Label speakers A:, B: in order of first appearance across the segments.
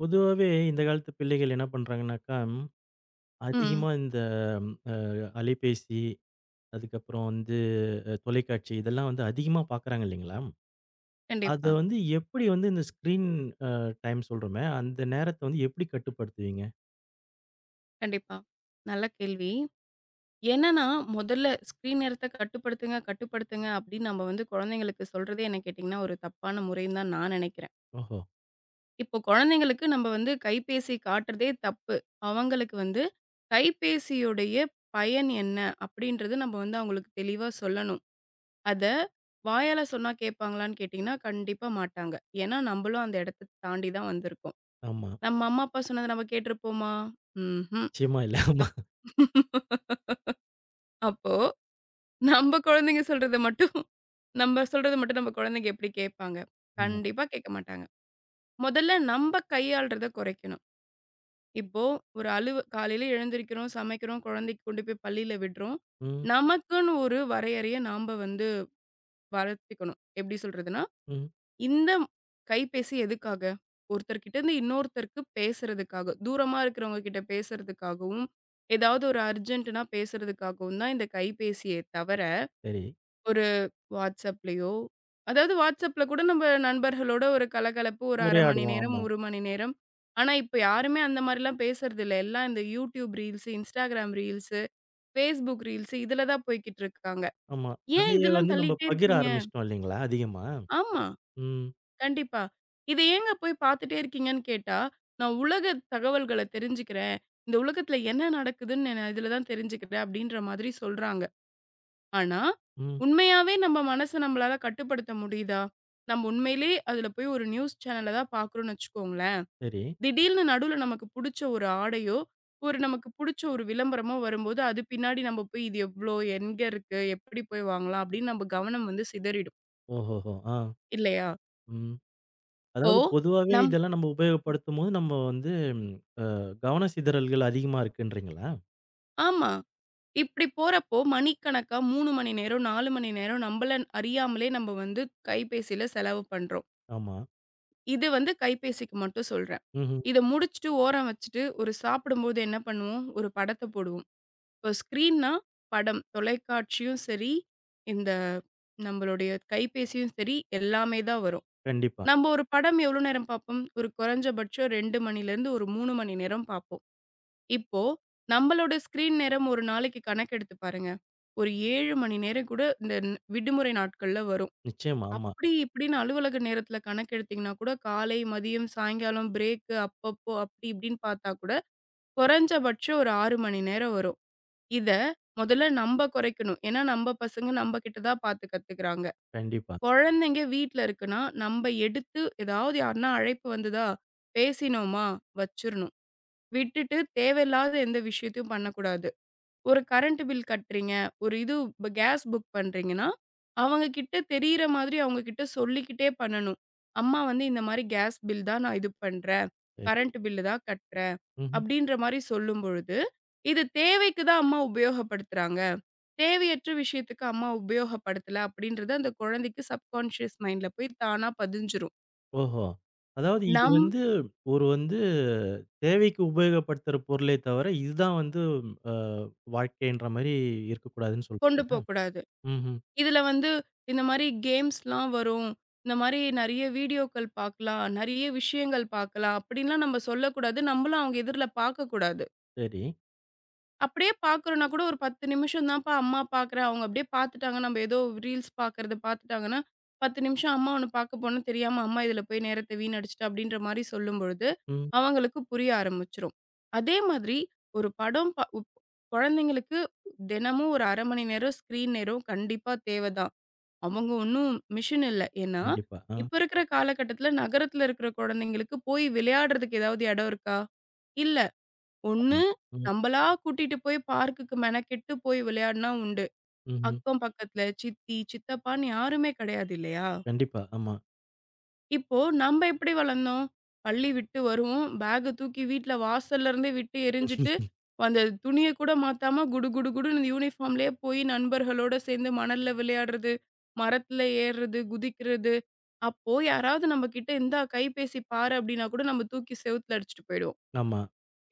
A: பொதுவாவே இந்த காலத்து பிள்ளைகள் என்ன பண்றாங்கனாக்கா,
B: ம்.
A: அதிகமா இந்த அ அலைபேசி, அதுக்கப்புறம் வந்து தொலைக்காட்சி இதெல்லாம் வந்து அதிகமா பார்க்குறாங்க இல்லைங்களா? அத
B: கண்டிப்பா,
A: வந்து எப்படி வந்து இந்த ஸ்க்ரீன் அ டைம் சொல்றோமே, அந்த நேரத்த வந்து எப்படி கட்டுப்படுத்துவீங்க?
B: கண்டிப்பா. நல்ல கேள்வி. என்னன்னா, முதல்ல ஸ்க்ரீன் நேரத்த கட்டுப்படுத்துங்க, கட்டுப்படுத்துங்க அப்படின்னு நம்ம வந்து குழந்தைங்களுக்கு சொல்றதே என்ன கேட்டீங்கன்னா, ஒரு தப்பான முறைன்னு தான் நான் நினைக்கிறேன்.
A: ஓஹோ!
B: இப்போ குழந்தைங்களுக்கு நம்ம வந்து கைபேசி காட்டுறதே தப்பு. அவங்களுக்கு வந்து கைபேசியுடைய பயன் என்ன? அப்படின்றது நம்ம வந்து அவங்களுக்கு தெளிவா சொல்லணும். அத வாயால சொன்னா கேட்பாங்களான்னு கேட்டீங்கன்னா, கண்டிப்பா மாட்டாங்க. ஏன்னா, நம்மளும் அந்த இடத்த தாண்டி தான் வந்திருக்கோம்.
A: ஆமா.
B: நம்ம அம்மா, அப்பா சொன்னத நம்ம கேட்டிருப்போமா? ம்ஹ்ம்.
A: நிச்சயமா இல்ல. ஆமா,
B: அப் அப்போ நம்ம குழந்தைங்க சொல்றத மட்டும் நம்ம சொல்றத மட்டும் நம்ம குழந்தைங்க எப்படி கேட்பாங்க?
A: ஆமா.
B: கண்டிப்பா கேட்க மாட்டாங்க. முதல்ல நம்ப கையாள்றத குறைக்கணும். இப்போ ஒரு அலுவ காலையில எழுந்திரிக்கிறோம், சமைக்கிறோம், குழந்தைக்கு கொண்டு போய் பள்ளியில விடுறோம்.
A: ம்,
B: நமக்குன்னு ஒரு வரையறைய நாம வந்து வளர்த்துக்கணும். எப்படி சொல்றதுன்னா?
A: ம்.
B: இந்த கைபேசி எதுக்காக? ஒருத்தர்கிட்ட இருந்து இன்னொருத்தருக்கு பேசுறதுக்காக. தூரமா இருக்கிறவங்க கிட்ட பேசுறதுக்காகவும், ஏதாவது ஒரு அர்ஜென்ட்னா பேசுறதுக்காகவும் தான் இந்த கைபேசியே தவிர,
A: சரி.
B: ஒரு WhatsAppலயோ அதாவது WhatsAppல கூட நம்ம நண்பர்களோட ஒரு கலகலப்பு ஒரு 1/2 மணி
A: உரையாடுவோம்.
B: நேரம்,
A: ஆமா,
B: 1 மணி நேரம். ஆனா, இப்ப யாருமே அந்த மாரிலாம் பேசுறதில்ல. எல்லாம் இந்த YouTube reels, Instagram reels, Facebook reels இதுல தான் போய்க்கிட்டு இருக்காங்க.
A: ஆமா.
B: ஏன்
A: அதையே
B: இதெல்லாம்
A: வந்து நம்ம
B: தள்ளிட்டே
A: பகிர
B: இருக்கீங்க?
A: ஆரம்பிச்சுட்டோம் இல்லைங்களா? அதிகமா.
B: ஆமா.
A: ம்,
B: கண்டிப்பா. "இத ஏங்க போய் பார்த்துட்டே இருக்கீங்கன்னு?" கேட்டா, "நான் உலக தகவல்கள தெரிஞ்சுக்கிறேன். இந்த உலகத்துல என்ன நடக்குதுன்னு நான் இதுல தான் தெரிஞ்சுக்கிறேன்." அப்படின்ற மாதிரி சொல்றாங்க. ஆனா,
A: ம்.
B: உண்மையாவே நம்ம மனச நம்மளால கட்டுப்படுத்த முடியுதா? நம்ம உண்மையிலே அதுல போய் ஒரு நியூஸ் சேனல தான் பார்க்குறோம்ன்னு வச்சுக்கோங்களேன்.
A: சரி.
B: திடீர்னு நடுவுல நமக்கு புடிச்ச ஒரு ஆடையோ, ஒரு நமக்கு புடிச்ச ஒரு விளம்பரமோ வரும்போது, அது பின்னாடி நம்ம போய் இது எவ்ளோ? எங்க இருக்கு? எப்படி போய் வாங்கலாம்? அப்படின்னு நம்ம கவனம் வந்து சிதறிடும்.
A: ஓஹோஹோ! ஆ.
B: இல்லையா?
A: ம்.
B: இப்போ
A: அதாவது பொதுவாவே
B: நம்
A: இதெல்லாம் நம்ம உபயோகப்படுத்தும்போது, நம்ம வந்து கவன சிதறல்கள் அதிகமா இருக்குன்றீங்களா?
B: ஆமா. இப்படி போறப்போ மணிக்கணக்கா 3 மணி நேரம், 4 மணி நேரம் நம்மள அறியாமலே நம்ம வந்து கைபேசியில செலவு பண்றோம்.
A: ஆமா.
B: இது வந்து கைபேசிக்கு மட்டும் சொல்றேன்.
A: ம்ஹ்ம்.
B: இத முடிச்சுட்டு ஓரம் வச்சுட்டு ஒரு சாப்பிடும்போது என்ன பண்ணுவோம்? ஒரு படத்த போடுவோம். இப்போ ஸ்க்ரீன்னா படம், தொலைக்காட்சியும் சரி, இந்த நம்மளுடைய கைபேசியும் சரி எல்லாமே தான் வரும்.
A: கண்டிப்பா.
B: நம்ம ஒரு படம் எவ்வளோ நேரம் பார்ப்போம்? ஒரு குறைஞ்சபட்சம் 2 மணிலேருந்து ஒரு 3 மணி நேரம் பார்ப்போம். இப்போ நம்மளோட ஸ்க்ரீன் நேரம் ஒரு நாளைக்கு கணக்கெடுத்து பாருங்க. ஒரு 7 மணி நேரம் கூட இந்த விடுமுறை நாட்கள்ல வரும்.
A: நிச்சயமா. ஆமா.
B: அப்படி இப்படின்னு அலுவலக நேரத்தில கணக்கெடுத்தீங்கன்னா கூட, காலை, மதியம், சாயங்காலம், பிரேக்கு அப்பப்போ அப்படி இப்படின்னு பார்த்தா கூட, குறைஞ்சபட்சம் ஒரு 6 மணி நேரம் வரும். இத முதல்ல நம்ப குறைக்கணும். ஏன்னா, நம்ப பசங்க நம்ம கிட்ட தான் பார்த்து கத்துக்கிறாங்க.
A: கண்டிப்பா.
B: குழந்தைங்க வீட்ல இருக்குன்னா, நம்ப எடுத்து ஏதாவது யாருன்னா அழைப்பு வந்துதா, பேசினோமா வச்சுரணும். விட்டுட்டு தேவையில்லாத எந்த விஷயத்தையும் பண்ணக்கூடாது. ஒரு கரண்ட் பில் கட்டுறீங்க, ஒரு இது இப்ப கேஸ் புக் பண்றீங்கன்னா, அவங்க கிட்ட தெரியிற மாதிரி அவங்க கிட்ட சொல்லிக்கிட்டே பண்ணணும். அம்மா வந்து இந்த மாரி கேஸ் பில் தான் நான் இது பண்றேன்.
A: சரி.
B: கரண்ட் பில்லு தான் கட்டுறேன்.
A: ம்ஹ்ம்.
B: அப்படின்ற மாரி சொல்லும் பொழுது, இது தேவைக்கு தான் அம்மா உபயோகப்படுத்துறாங்க. தேவையற்ற விஷயத்துக்கு அம்மா உபயோகப்படுத்தல அப்படின்றது அந்த குழந்தைக்கு சப்கான்ஷியஸ் மைண்ட்ல போய் தானா பதிஞ்சிரும்.
A: ஓஹோ! அதாவது இது
B: நம்
A: வந்து ஒரு வந்து தேவைக்கு உபயோகப்படுத்துற பொருளே தவிர, இதுதான் வந்து அ வாழ்க்கைன்ற மாரி இருக்கக்கூடாதுன்னு
B: கொண்டு
A: சொல்றீங்களா?
B: போக்கூடாது.
A: ம்ஹ்ம்.
B: இதுல வந்து இந்த மாரி கேம்ஸ்லாம் வரும். இந்த மாரி நெறைய வீடியோக்கள் பார்க்கலாம். நெறைய விஷயங்கள் பார்க்கலாம். அப்படின்லாம் நம்ம சொல்லக்கூடாது. நம்மளும் அவங்க எதிர்ல பார்க்கக்கூடாது.
A: சரி.
B: அப்படியே பார்க்குறோம்னா கூட ஒரு 10 நிமிஷம் தான்ப்பா அம்மா பார்க்குறேன். அவங்க அப்படியே பார்த்துட்டாங்க. நம்ம ஏதோ ரீல்ஸ் பார்க்குறத பார்த்துட்டாங்கன்னா, 10 நிமிஷம் அம்மா ஒண்ணு பார்க்க போனோம் தெரியாம அம்மா இதுல போய் நேரத்த வீணடிச்சுட்டா அப்படின்ற மாரி சொல்லும்பொழுது,
A: ம்.
B: அவங்களுக்கு புரிய ஆரம்பிச்சுரும். அதே மாதிரி ஒரு படம் ப உப் குழந்தைங்களுக்கு தினமும் ஒரு 1/2 மணி நேரம் ஸ்க்ரீன் நேரம் கண்டிப்பா தேவ தான். அவங்க ஒண்ணும் மிஷின் இல்ல. ஏன்னா,
A: கண்டிப்பா. ஆ.
B: இப்ப இருக்கிற காலகட்டத்தில நகரத்தில இருக்கிற குழந்தைங்களுக்கு போய் விளையாடுறதுக்கு ஏதாவது இடம் இருக்கா? இல்ல.
A: ஆமா.
B: ஒண்ணு
A: ம்.
B: நம்மளா கூட்டிட்டு போய் பார்க்குக்கு மெனக்கெட்டு போய் விளையாடுனா உண்டு.
A: ம்ஹ்ம்.
B: அக்கம் பக்கத்துல சித்தி, சித்தப்பான்னு யாருமே கிடையாது இல்லையா?
A: கண்டிப்பா. ஆமா.
B: இப்போ நம்ப எப்படி வளர்ந்தோம்? பள்ளி விட்டு வருவோம். பேக்க தூக்கி வீட்ல வாசல்ல இருந்தே விட்டு எறிஞ்சுட்டு, அந்த துணிய கூட மாத்தாம குடு குடு குடுன்னு யூனிஃபார்ம்லயே போய் நண்பர்களோட சேர்ந்து மணல்ல விளையாடுறது, மரத்துல ஏறுறது, குதிக்கிறது. அப்போ யாராவது நம்ம கிட்ட இந்தா கைபேசி பாரு அப்படின்னா கூட நம்ம தூக்கி செவுத்துல அடிச்சுட்டு போயிடுவோம்.
A: ஆமா.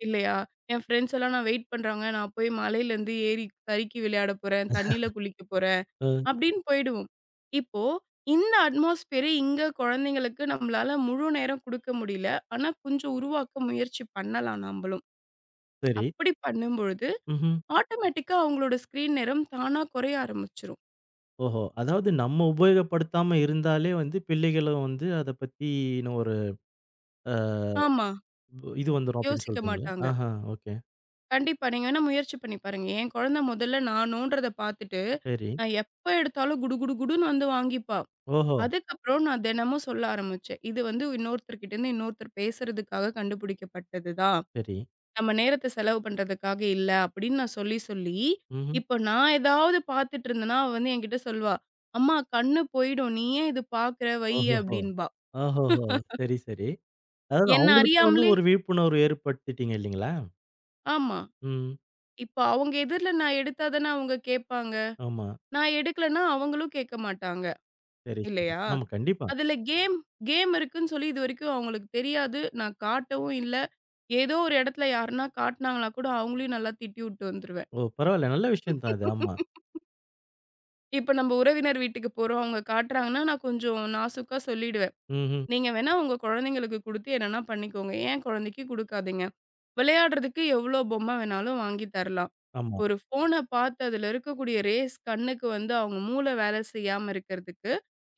B: இல்லையா? என் ஃப்ரெண்ட்ஸ் எல்லாம் நான் வெயிட் பண்றாங்க. நான் போய் மலையிலேருந்து ஏறி சறுக்கி விளையாட போறேன். தண்ணீல குளிக்க போறேன்.
A: அ
B: அப்படின்னு போயிடுவோம். இப்போ இந்த அட்மாஸ்பியரே இங்க குழந்தைங்களுக்கு நம்மளால முழு நேரம் குடுக்க முடியல. ஆனா, கொஞ்சம் உருவாக்க முயற்சி பண்ணலாம் நம்பளும்.
A: சரி.
B: அப்படி பண்ணும்பொழுது,
A: ம்ஹ்ம்.
B: ஆட்டோமேட்டிக்கா அவங்களோட ஸ்க்ரீன் நேரம் தானா குறைய ஆரம்பிச்சுரும்.
A: ஓஹோ! அதாவது நம்ம உபயோகப்படுத்தாம இருந்தாலே வந்து பிள்ளைகளும் வந்து அத பத்தின ஒரு அ
B: ஆமா.
A: இது வந்துரும் அப்படின்னு
B: யோசிக்க
A: சொல்றீங்களா?
B: மாட்டாங்க.
A: ஆஹா, ஓகே.
B: கண்டிப்பா. நீங்க வேணா முயற்சி பண்ணி பாருங்க. என் குழந்தை முதல்ல நான் நோண்டுறத பாத்துட்டு,
A: சரி.
B: நான் எப்ப எடுத்தாலும் குடு குடு குடுன்னு வந்து வாங்கிப்பா.
A: ஓஹோ!
B: அதுக்கப்புறம் நான் தினமும் சொல்ல ஆரம்பிச்சேன். இது வந்து இன்னொருத்தர்கிட்டருந்து இன்னொருத்தர் பேசுறதுக்காக கண்டுபிடிக்கப்பட்டது தான்.
A: சரி.
B: நம்ம நேரத்த செலவு பண்றதுக்காக இல்ல அப்படின்னு நான் சொல்லி, சொல்லி,
A: ம்ஹ்ம்.
B: இப்ப நான் ஏதாவது பார்த்துட்டு இருந்தேன்னா, அவ வந்து என்கிட்ட சொல்லுவா, "அம்மா கண்ணு போயிடும். நீ ஏன் இது பார்க்குற? வையு"
A: ஓஹோஹோ!
B: அப்படின்பா.
A: ஓஹோஹோ! சரி, சரி. அதாவது
B: என்ன
A: அவங்களுக்கும் வந்து
B: அறியாமலே
A: ஒரு விழிப்புணர்வு ஏற்படுத்திட்டீங்க இல்லீங்களா?
B: ஆமா.
A: ம்.
B: இப்ப அவங்க எதிர்ல நான் எடுத்தா தானே அவங்க கேட்பாங்க.
A: ஆமா.
B: நான் எடுக்கலன்னா அவங்களும் கேட்க மாட்டாங்க.
A: சரி, சரி.
B: இல்லையா?
A: ஆமா, கண்டிப்பா.
B: அதுல கேம் கேம் இருக்குன்னு சொல்லி இதுவரைக்கும் அவங்களுக்கு தெரியாது. நான் காட்டவும் இல்ல. ஏதோ ஒரு இடத்துல யாருன்னா காட்டுனாங்கன்னா கூட அவங்களையும் நல்லா திட்டி விட்டு வந்துருவேன்.
A: ஓ! பரவால்ல. நல்ல விஷயம் தான் அது. ஆமா.
B: இப்ப நம்ம உறவினர் வீட்டுக்கு போறோம். அவங்க காட்டுறாங்கன்னா, நான் கொஞ்சம் நாசூக்கா சொல்லிடுவேன்.
A: ம்ஹ்ம்.
B: "நீங்க வேணா உங்க குழந்தைங்களுக்கு குடுத்து என்னன்னா பண்ணிக்கோங்க. என் குழந்தைக்கு குடுக்காதீங்க. விளையாடுறதுக்கு எவ்ளோ பொம்மை வேணாலும் வாங்கி தரலாம்.
A: ஆமா.
B: ஒரு ஃபோன பார்த்து அதுல இருக்கக்கூடிய ரேஸ் கண்ணுக்கு வந்து அவங்க மூளை வேலை செய்யாம இருக்கிறதுக்கு,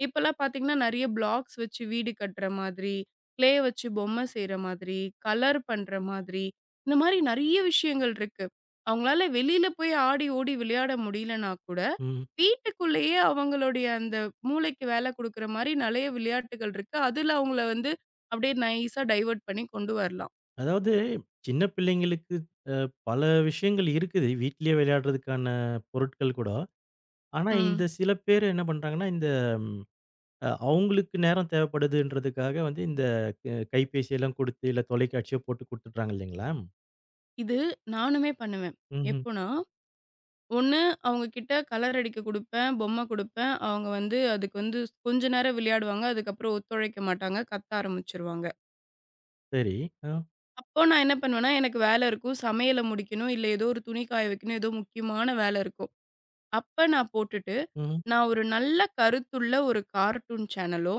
B: இப்பலாம் பார்த்தீங்கன்னா, நெறைய பிளாக்ஸ் வச்சு வீடு கட்டுற மாதிரி, க்ளே வச்சு பொம்மை செய்ற மாதிரி, கலர் பண்ற மாதிரி, இந்த மாரி நெறைய விஷயங்கள் இருக்கு. அவங்களால வெளியில போய் ஆடி ஓடி விளையாட முடியலனா கூட,
A: ம்.
B: வீட்டுக்குள்ளேயே அவங்களுடைய அந்த மூளைக்கு வேலை குடுக்குற மாரி நெறைய விளையாட்டுகள் இருக்கு. அதுல அவங்கள வந்து அப்படியே நைஸா டைவர்ட் பண்ணி கொண்டு வரலாம்.
A: அதாவது சின்ன பிள்ளைங்களுக்கு அ பல விஷயங்கள் இருக்குது. வீட்டிலேயே விளையாடுறதுக்கான பொருட்கள் கூட. ஆனா,
B: ம்.
A: இந்த சில பேர் என்ன பண்றாங்கன்னா, இந்த ம் அ அவங்களுக்கு நேரம் தேவைப்படுதுன்றதுக்காக வந்து இந்த கைபேசியெல்லாம் குடுத்து, இல்ல தொலைக்காட்சியோ போட்டு குடுத்துடுறாங்க இல்லைங்களா?
B: இது நானுமே பண்ணுவேன்.
A: ம்ஹ்ம்.
B: எப்போனா, ஒண்ணு அவங்க கிட்ட கலர் அடிக்க குடுப்பேன், பொம்மை குடுப்பேன். அவங்க வந்து அதுக்கு வந்து கொஞ்ச நேரம் விளையாடுவாங்க. அதுக்கப்புறம் ஒத்துழைக்க மாட்டாங்க. கத்த ஆரம்பிச்சுருவாங்க.
A: சரி. அ,
B: அப்போ நான் என்ன பண்ணுவேன்னா, எனக்கு வேலை இருக்கும். சமையல முடிக்கணும், இல்ல ஏதோ ஒரு துணி காய வைக்கணும், ஏதோ முக்கியமான வேலை இருக்கும். அப்ப நான் போட்டுட்டு
A: ம்.
B: நான் ஒரு நல்ல கருத்துள்ள ஒரு கார்ட்டூன் சேனலோ,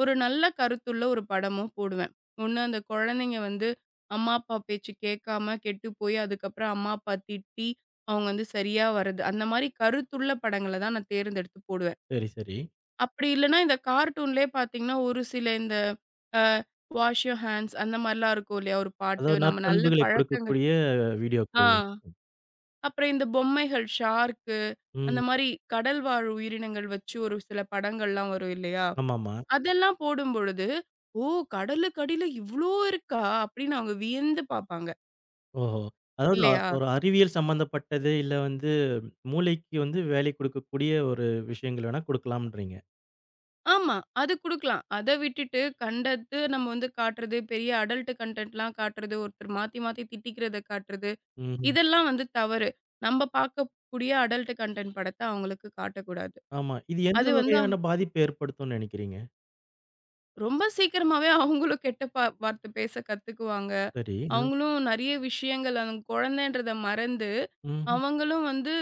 B: ஒரு நல்ல கருத்துள்ள ஒரு படமோ போடுவேன். ஒண்ணு அந்த குழந்தைங்க வந்து அம்மா, அப்பா பேச்சு கேட்காம கெட்டு போய், அதுக்கப்புறம் அம்மா, அப்பா திட்டி, அவங்க வந்து சரியா வரது. அந்த மாரி கருத்துள்ள படங்கள தான் நான் தேர்ந்தெடுத்து போடுவேன்.
A: சரி, சரி.
B: அப்படி இல்லன்னா, இந்த கார்ட்டூன்லேயே பார்த்தீங்கன்னா, ஒரு சில இந்த அ வாஷ் யூர் ஹேண்ட்ஸ் அந்த மாரிலாம் இருக்கும் இல்லையா? ஒரு பாட்டு.
A: அதாவது
B: நம்ம நல்ல
A: நற்பண்புகளை
B: பழக்கங்கள்
A: கொடுக்கக்கூடிய வீடியோக்கள்
B: ஆ
A: இல்லைங்
B: அப்புறம் இந்த பொம்மைகள் ஷார்க்கு, அந்த
A: ம்.
B: மாரி கடல் வாழ் உயிரினங்கள் வச்சு ஒரு சில படங்கள்லாம் வரும் இல்லையா?
A: ஆமாமா.
B: அதெல்லாம் போடும்பொழுது, "ஓ! கடலுக்கு அடியில இவ்ளோ இருக்கா?" அப்படின்னு அவங்க வியந்து பார்ப்பாங்க.
A: ஓஹோ! அதாவது
B: இல்லையா?
A: ஒரு அறிவியல் சம்மந்தப்பட்டது, இல்ல வந்து மூளைக்கு வந்து வேலை குடுக்கக்கூடிய ஒரு விஷயங்கள் வேணா குடுக்கலாம்ன்றீங்க.
B: ஆமா. அது குடுக்கலாம். அத விட்டுட்டு கண்டது நம்ம வந்து காட்டுறது, பெரிய அடல்ட் கன்டென்ட்லாம் காட்டுறது, ஒருத்தர் மாத்தி மாத்தி திட்டிக்கிறத காட்டுறது,
A: ம்ஹ்ம்.
B: இதெல்லாம் வந்து தவறு. நம்ம பார்க்கக்கூடிய அடல்ட் கன்டென்ட் படத்த அவங்களுக்கு காட்டக்கூடாது.
A: ஆமா. இது எந்த
B: அது வந்து
A: வகையான பாதிப்ப ஏற்படுத்தும்னு நினைக்கிறீங்க?
B: ரொம்ப சீக்கிரமாவே அவங்களும் கெட்ட வார்த்தை பேச கத்துக்குவாங்க.
A: சரி. அ.
B: அவங்களும் நெறைய விஷயங்கள் அந்த குழந்தைன்றத மறந்து,
A: ம்.
B: அவங்களும் வந்து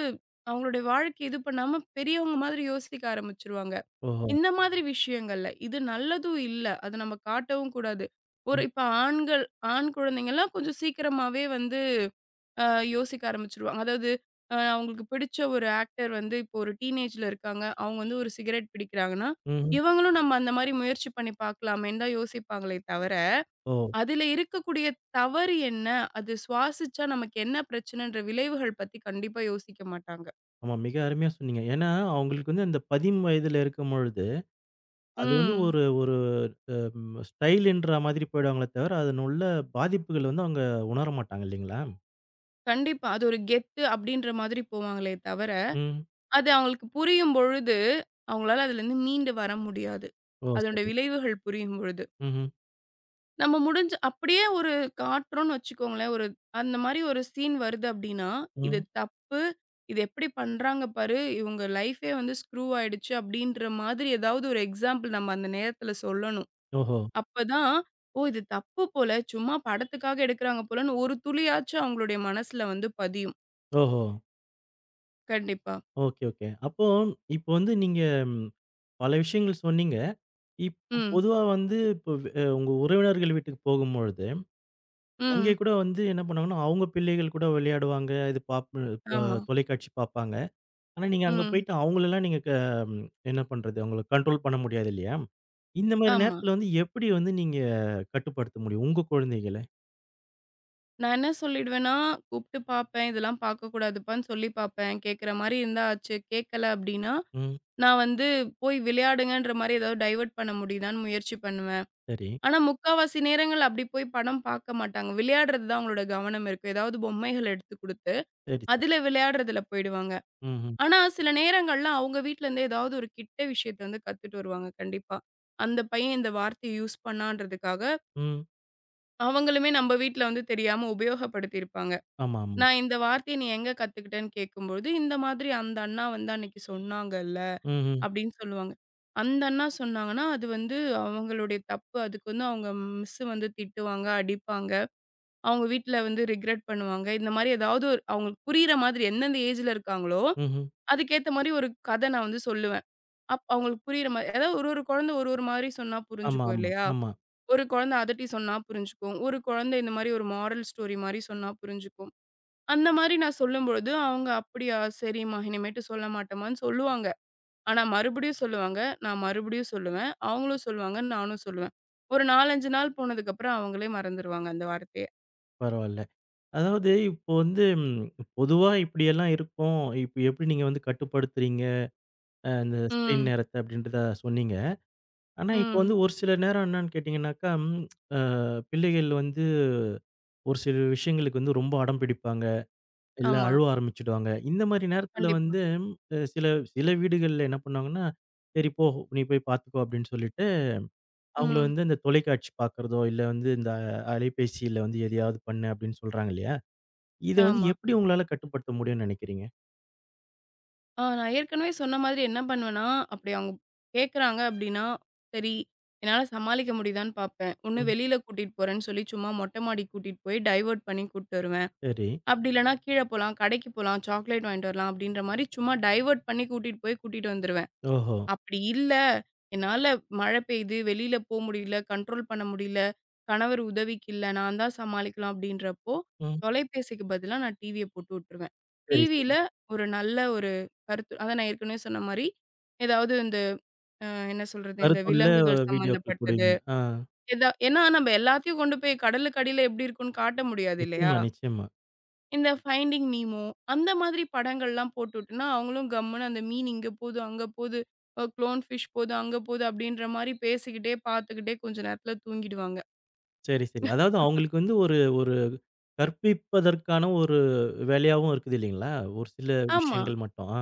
B: அவங்களுடைய வாழ்க்கைய இது பண்ணாம பெரியவங்க மாதிரி யோசிக்க ஆரம்பிச்சுருவாங்க.
A: ஓஹோ!
B: இந்த மாதிரி விஷயங்கள்ல இது நல்லதும் இல்ல. அத நம்ம காட்டவும் கூடாது. ஒரு
A: ம்.
B: இப்ப ஆண்கள் ஆண் குழந்தைங்கலாம் கொஞ்சம் சீக்கிரமாவே வந்து அ யோசிக்க ஆரம்பிச்சுருவாங்க. அதாவது அவங்களுக்கு பிடிச்ச ஒரு ஆக்டர் வந்து இப்போ ஒரு டீனேஜ்ல இருக்காங்க. அவங்க வந்து ஒரு சிகரெட் பிடிக்கிறாங்கன்னா,
A: ம்ஹ்ம்.
B: இவங்களும் நம்ம அந்த மாரி முயற்சி பண்ணி பார்க்கலாமேன்னு தான் யோசிப்பாங்களே தவிர
A: ஓ!
B: அதுல இருக்கக்கூடிய தவறு என்ன? அது சுவாசிச்சா நமக்கு என்ன பிரச்சனன்ற விளைவுகள் பத்தி கண்டிப்பா யோசிக்க மாட்டாங்க.
A: ஆமா. மிக அருமையா சொன்னீங்க. ஏன்னா, அவங்களுக்கு வந்து அந்த 10 வயதில இருக்கும்பொழுது, அது வந்து
B: ம்.
A: ஒரு ஒரு ஸ்டைல்ன்ற மாதிரி போயிடுவாங்களே தவிர, அதன் உள்ள பாதிப்புகள் வந்து அவங்க உணர மாட்டாங்க இல்லைங்களா?
B: கண்டிப்பா. அது ஒரு கெத்து அப்டின்ற மாதிரி போவாங்களே தவிர,
A: ம்.
B: அது அவங்களுக்கு புரியும் பொழுது, அவங்களால அதுலருந்து மீண்டு வர முடியாது.
A: ஓ!
B: அதனுடைய
A: சரி.
B: விளைவுகள் புரியும் பொழுது.
A: ம்ஹ்ம்.
B: நம்ம முடிஞ்ச அப்படியே ஒரு காட்டுறோம்னு வச்சுக்கோங்களேன். ஒரு அந்த மாரி ஒரு சீன் வருது அப்டின்னா, இது
A: ம்.
B: தப்பு. இது எப்படி பண்றாங்க பாரு. இவங்க லைஃபே வந்து ஸ்க்ரூ ஆயிடுச்சு அப்டின்ற மாதிரி ஏதாவது ஒரு எக்ஸாம்பிள் நம்ம அந்த நேரத்துல சொல்லணும்.
A: ஓஹோ!
B: அப்பதான், "ஓ! இது தப்பு போல. சும்மா படத்துக்காக எடுக்குறாங்க போல"ன்னு ஒரு துளியாச்சும் அவங்களுடைய மனசுல வந்து பதியும்.
A: ஓஹோ!
B: கண்டிப்பா.
A: Okay, okay. அப்போ இப்போ வந்து நீங்க ம் பல விஷயங்கள் சொன்னீங்க. இப்போ
B: ம்.
A: பொதுவா வந்து இப்போ உங்க உறவினர்கள் வீட்டுக்கு போகும்பொழுது, அங்கே
B: ம்.
A: கூட வந்து என்ன பண்ணுவாங்கன்னா, அவங்க பிள்ளைகள் கூட விளையாடுவாங்க. இது பாப் அ
B: ஆமா.
A: தொலைக்காட்சி பார்ப்பாங்க. ஆனா, நீங்க அங்க
B: ம்.
A: போயிட்டு அவங்களலாம் நீங்க க ம், என்ன பண்றது? அவங்கள கண்ட்ரோல் பண்ண முடியாது இல்லையா? இந்த மாரி
B: ஆமா.
A: நேரத்துல வந்து எப்படி வந்து நீங்க கட்டுப்படுத்த முடியும்? உங்க குழந்தைகள?
B: நான் என்ன சொல்லிடுவேன்னா, கூப்ட்டு பாப்பேன். இதெல்லாம் பார்க்கக்கூடாதுப்பான்னு சொல்லி பார்ப்பேன். கேட்குற மாரி இருந்தா ஆச்சு. கேட்கல அப்டின்னா,
A: ம்.
B: நான் வந்து போய் விளையாடுங்கன்ற மாரி ஏதாவது டைவர்ட் பண்ண முடியுதான்னு முயற்சி பண்ணுவேன்.
A: சரி,
B: ஆனா, முக்காவாசி நேரங்கள் அப்டி போய் படம் பார்க்க மாட்டாங்க. விளையாடுறது தான் அவங்களோட கவனம் இருக்கும். ஏதாவது பொம்மைகள் எடுத்து குடுத்து,
A: சரி, சரி.
B: அதுல விளையாடுறதுல போயிடுவாங்க.
A: ம்ஹ்ம்.
B: ஆனா, சில நேரங்கள்ல அவங்க வீட்லருந்து ஏதாவது ஒரு கிட்ட விஷயத்த வந்து கத்துட்டு வருவாங்க கண்டிப்பா. அந்த பையன் இந்த வார்த்தைய யூஸ் பண்ணான்றதுக்காக,
A: ம். ம்
B: அவங்களுமே நம்ம வீட்ல வந்து தெரியாம உபயோகப்படுத்தியிருப்பாங்க.
A: ஆமா, ஆமா.
B: நான் இந்த வார்த்தைய நீ எங்க கத்துக்கிட்டேன்னு கேட்கும்பொழுது, இந்த மாதிரி அந்த அண்ணா வந்து அன்னைக்கு சொன்னாங்கல்ல
A: ம்ஹ்ம்.
B: அப்படின்னு சொல்லுவாங்க. அந்த அண்ணா சொன்னாங்கன்னா, அது வந்து அவங்களுடைய தப்பு. அதுக்கு வந்து அவங்க மிஸ் வந்து திட்டுவாங்க, அடிப்பாங்க. அவங்க வீட்ல வந்து ரிக்ரெட் பண்ணுவாங்க. இந்த மாரி ஏதாவது ஒரு அவங்களுக்கு புரியிற மாதிரி எந்தெந்த ஏஜ்ல இருக்காங்களோ,
A: ம்ஹ்ம்.
B: அதுக்கேத்த மாரி ஒரு கத நான் வந்து சொல்லுவேன். அவங்களுக்கு புரியிற மாரி அதாவது ஒரு ஒரு குழந்தை ஒரு ஒரு மாரி சொன்னா
A: ஆமா,
B: புரிஞ்சுக்கும்
A: ஆமா,
B: இல்லையா?
A: ஆமா.
B: ஒரு குழந்தை அதட்டி சொன்னா புரிஞ்சுக்கும். ஒரு குழந்தை இந்த மாரி ஒரு மாரல் ஸ்டோரி மாரி சொன்னா புரிஞ்சுக்கும். அந்த மாரி நான் சொல்லும்பொழுது அவங்க "அப்படியா! சரிம்மா இனிமேட்டு சொல்ல மாட்டேம்மான்னு" சொல்லுவாங்க. ஆனா மறுபடியும் சொல்லுவாங்க. நான் மறுபடியும் சொல்லுவேன். அவங்களும் சொல்லுவாங்க. நானும் சொல்லுவேன். ஒரு 4, 5 நாள் போனதுக்கப்புறம் அவங்களே மறந்துருவாங்க அந்த வார்த்தைய.
A: பரவால்ல. அதாவது இப்போ வந்து ம் பொதுவா இப்படியெல்லாம் இருக்கும். இப்ப எப்படி நீங்க வந்து கட்டுப்படுத்துறீங்க? இந்த ஸ்க்ரீன்
B: ம்,
A: நேரத்த அப்படின்றத சொன்னீங்க. ஆனா, இப்போ
B: ம்.
A: வந்து ஒரு சில நேரம் என்னன்னு கேட்டீங்கன்னாக்கா, ம் அ பிள்ளைகள் வந்து ஒரு சில விஷயங்களுக்கு வந்து ரொம்ப அடம் பிடிப்பாங்க. இல்ல
B: ஆமா.
A: அழுவ ஆரம்பிச்சுடுவாங்க. இந்த மாரி நேரத்துல
B: கண்டிப்பா.
A: வந்து சில சில வீடுகள்ல என்ன பண்ணுவாங்கன்னா, "சரி போ நீ போய் பார்த்துக்கோ" அப்படின்னு சொல்லிட்டு, அவங்கள
B: ம்.
A: வந்து இந்த தொலைக்காட்சி பார்க்கிறதோ, இல்ல வந்து இந்த அலைபேசியில வந்து எதையாவது பண்ணு அப்படின்னு சொல்றாங்க இல்லையா? இத வந்து
B: ஆமா.
A: எப்படி உங்களால கட்டுப்படுத்த முடியும்னு நினைக்கிறீங்க?
B: ஆ நான் ஏற்கனவே சொன்ன மாதிரி என்ன பண்ணுவேன்னா, அப்படி அவங்க கேட்குறாங்க அப்படின்னா, சரி என்னால சமாளிக்க முடியுதான்னு பார்ப்பேன். ஒண்ணு
A: ம்.
B: வெளியில கூட்டிட்டு போறேன்னு சொல்லி சும்மா மொட்டை மாடிக்கு கூட்டிட்டு போய் டைவர்ட் பண்ணி கூட்டிட்டு வருவேன்.
A: சரி.
B: அப்படி இல்லன்னா கீழ போலாம், கடைக்கு போலாம், சாக்லேட் வாங்கிட்டு வரலாம் அப்படின்ற மாரி சும்மா டைவர்ட் பண்ணி கூட்டிட்டு போய் கூட்டிட்டு வந்துருவேன்.
A: ஓஹோ!
B: அப்படி இல்ல, என்னால மழை பெய்யுது, வெளியில போ முடியல, கண்ட்ரோல் பண்ண முடியல, கணவர் உதவிக்கு இல்ல, நான் தான் சமாளிக்கலாம் அப்படின்றப்போ,
A: ம்.
B: தொலைபேசிக்கு பதிலா நான் டிவிய போட்டு விட்டுருவேன்.
A: சரி, சரி.
B: டிவியில ஒரு நல்ல ஒரு கருத்து அதான் நான் ஏற்கனவே சொன்ன மாரி, ஏதாவது இந்த என்ன சொல்றது, இந்த
A: கருத்துள்ள
B: விலங்குகள்
A: வீடியோக்கள்
B: சம்மந்தப்பட்டது,
A: புடிங்க. ஆ.
B: ஏதா ஏன்னா நம்ப எல்லாத்தையும் கொண்டு போய் கடலுக்கு அடியில எப்படி இருக்குன்னு காட்ட முடியாது இல்லையா?
A: நிச்சயமா, நிச்சயமா.
B: இந்த ஃபைண்டிங் நீமோ, அந்த மாதிரி படங்கள்லாம் போட்டுட்டோன்னா, அவங்களும் கம்முனு அந்த மீன் இங்க போது, அங்க போது, க்ளோன் ஃபிஷ் போது, அங்க போது அப்டின்ற மாரி பேசிக்கிட்டே, பார்த்துக்கிட்டே கொஞ்ச நேரத்துல தூங்கிடுவாங்க.
A: சரி, சரி. அதாவது அவங்களுக்கு வந்து ஒரு ஒரு கற்பிப்பதற்கான ஒரு வேலையாவும் இருக்குது இல்லைங்களா? ஒரு சில
B: ஆமா.
A: விஷயங்கள் மட்டும். ஆ.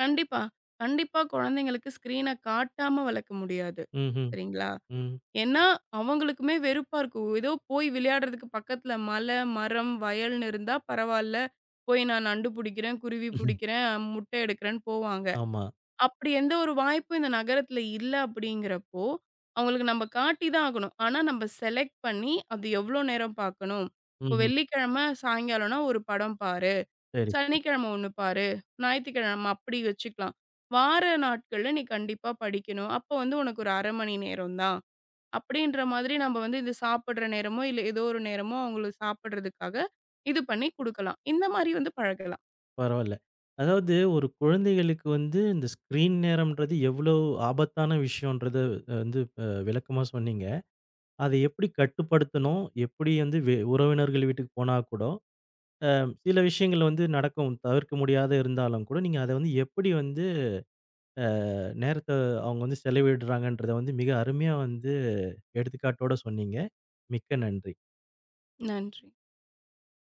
B: கண்டிப்பா. கண்டிப்பா குழந்தைங்களுக்கு ஸ்க்ரீன காட்டாம வளர்க்க முடியாது.
A: ம்ஹ்ம்.
B: சரிங்களா?
A: ம்.
B: ஏன்னா, அவங்களுக்குமே வெறுப்பா இருக்கும். ஏதோ போய் விளையாடுறதுக்கு பக்கத்துல மலை, மரம், வயல்னு இருந்தா பரவால்ல. போய் நான் நண்டு புடிக்கிறேன், குருவி புடிக்கிறேன், முட்டை எடுக்கிறேன்னு போவாங்க.
A: ஆமா.
B: அப்படி எந்த ஒரு வாய்ப்பும் இந்த நகரத்துல இல்ல அப்படிங்கிறப்போ, அவங்களுக்கு நம்ம காட்டி தான் ஆகணும். ஆனா நம்ம செலக்ட் பண்ணி அது எவ்வளோ நேரம் பார்க்கணும். இப்போ
A: ம்ஹ்ம்.
B: வெள்ளிக்கிழமை சாயங்காலம்னா ஒரு படம் பாரு,
A: சரி, சரி.
B: சனிக்கிழமை ஒண்ணு பாரு, ஞாயிற்றுக்கிழமை அப்படி வச்சுக்கலாம். வார நாட்கள்ல நீ கண்டிப்பா படிக்கணும். அப்போ வந்து உனக்கு ஒரு 1/2 மணி நேரம் தான். அப்படின்ற மாதிரி நம்ம வந்து இந்த சாப்பிடுற நேரமோ, இல்ல ஏதோ ஒரு நேரமோ அவங்களுக்கு சாப்பிடுறதுக்காக இது பண்ணி குடுக்கலாம். இந்த மாரி வந்து பழகலாம்.
A: பரவால்ல. அதாவது ஒரு குழந்தைகளுக்கு வந்து இந்த ஸ்க்ரீன் நேரம்ன்றது எவ்வளோ ஆபத்தான விஷயம்ன்றத வந்து விளக்கமா சொன்னீங்க. அத எப்படி கட்டுப்படுத்தணும்? எப்படி வந்து வெ உறவினர்கள் வீட்டுக்கு போனா கூட, ம் சில விஷயங்கள் வந்து நடக்கும். தவிர்க்க முடியாத இருந்தாலும் கூட, நீங்க அத வந்து எப்படி வந்து நேரத்த அவங்க வந்து செலவிடுறாங்கன்றத வந்து மிக அருமையா வந்து எடுத்துக்காட்டோட சொன்னீங்க. மிக்க நன்றி.
B: நன்றி.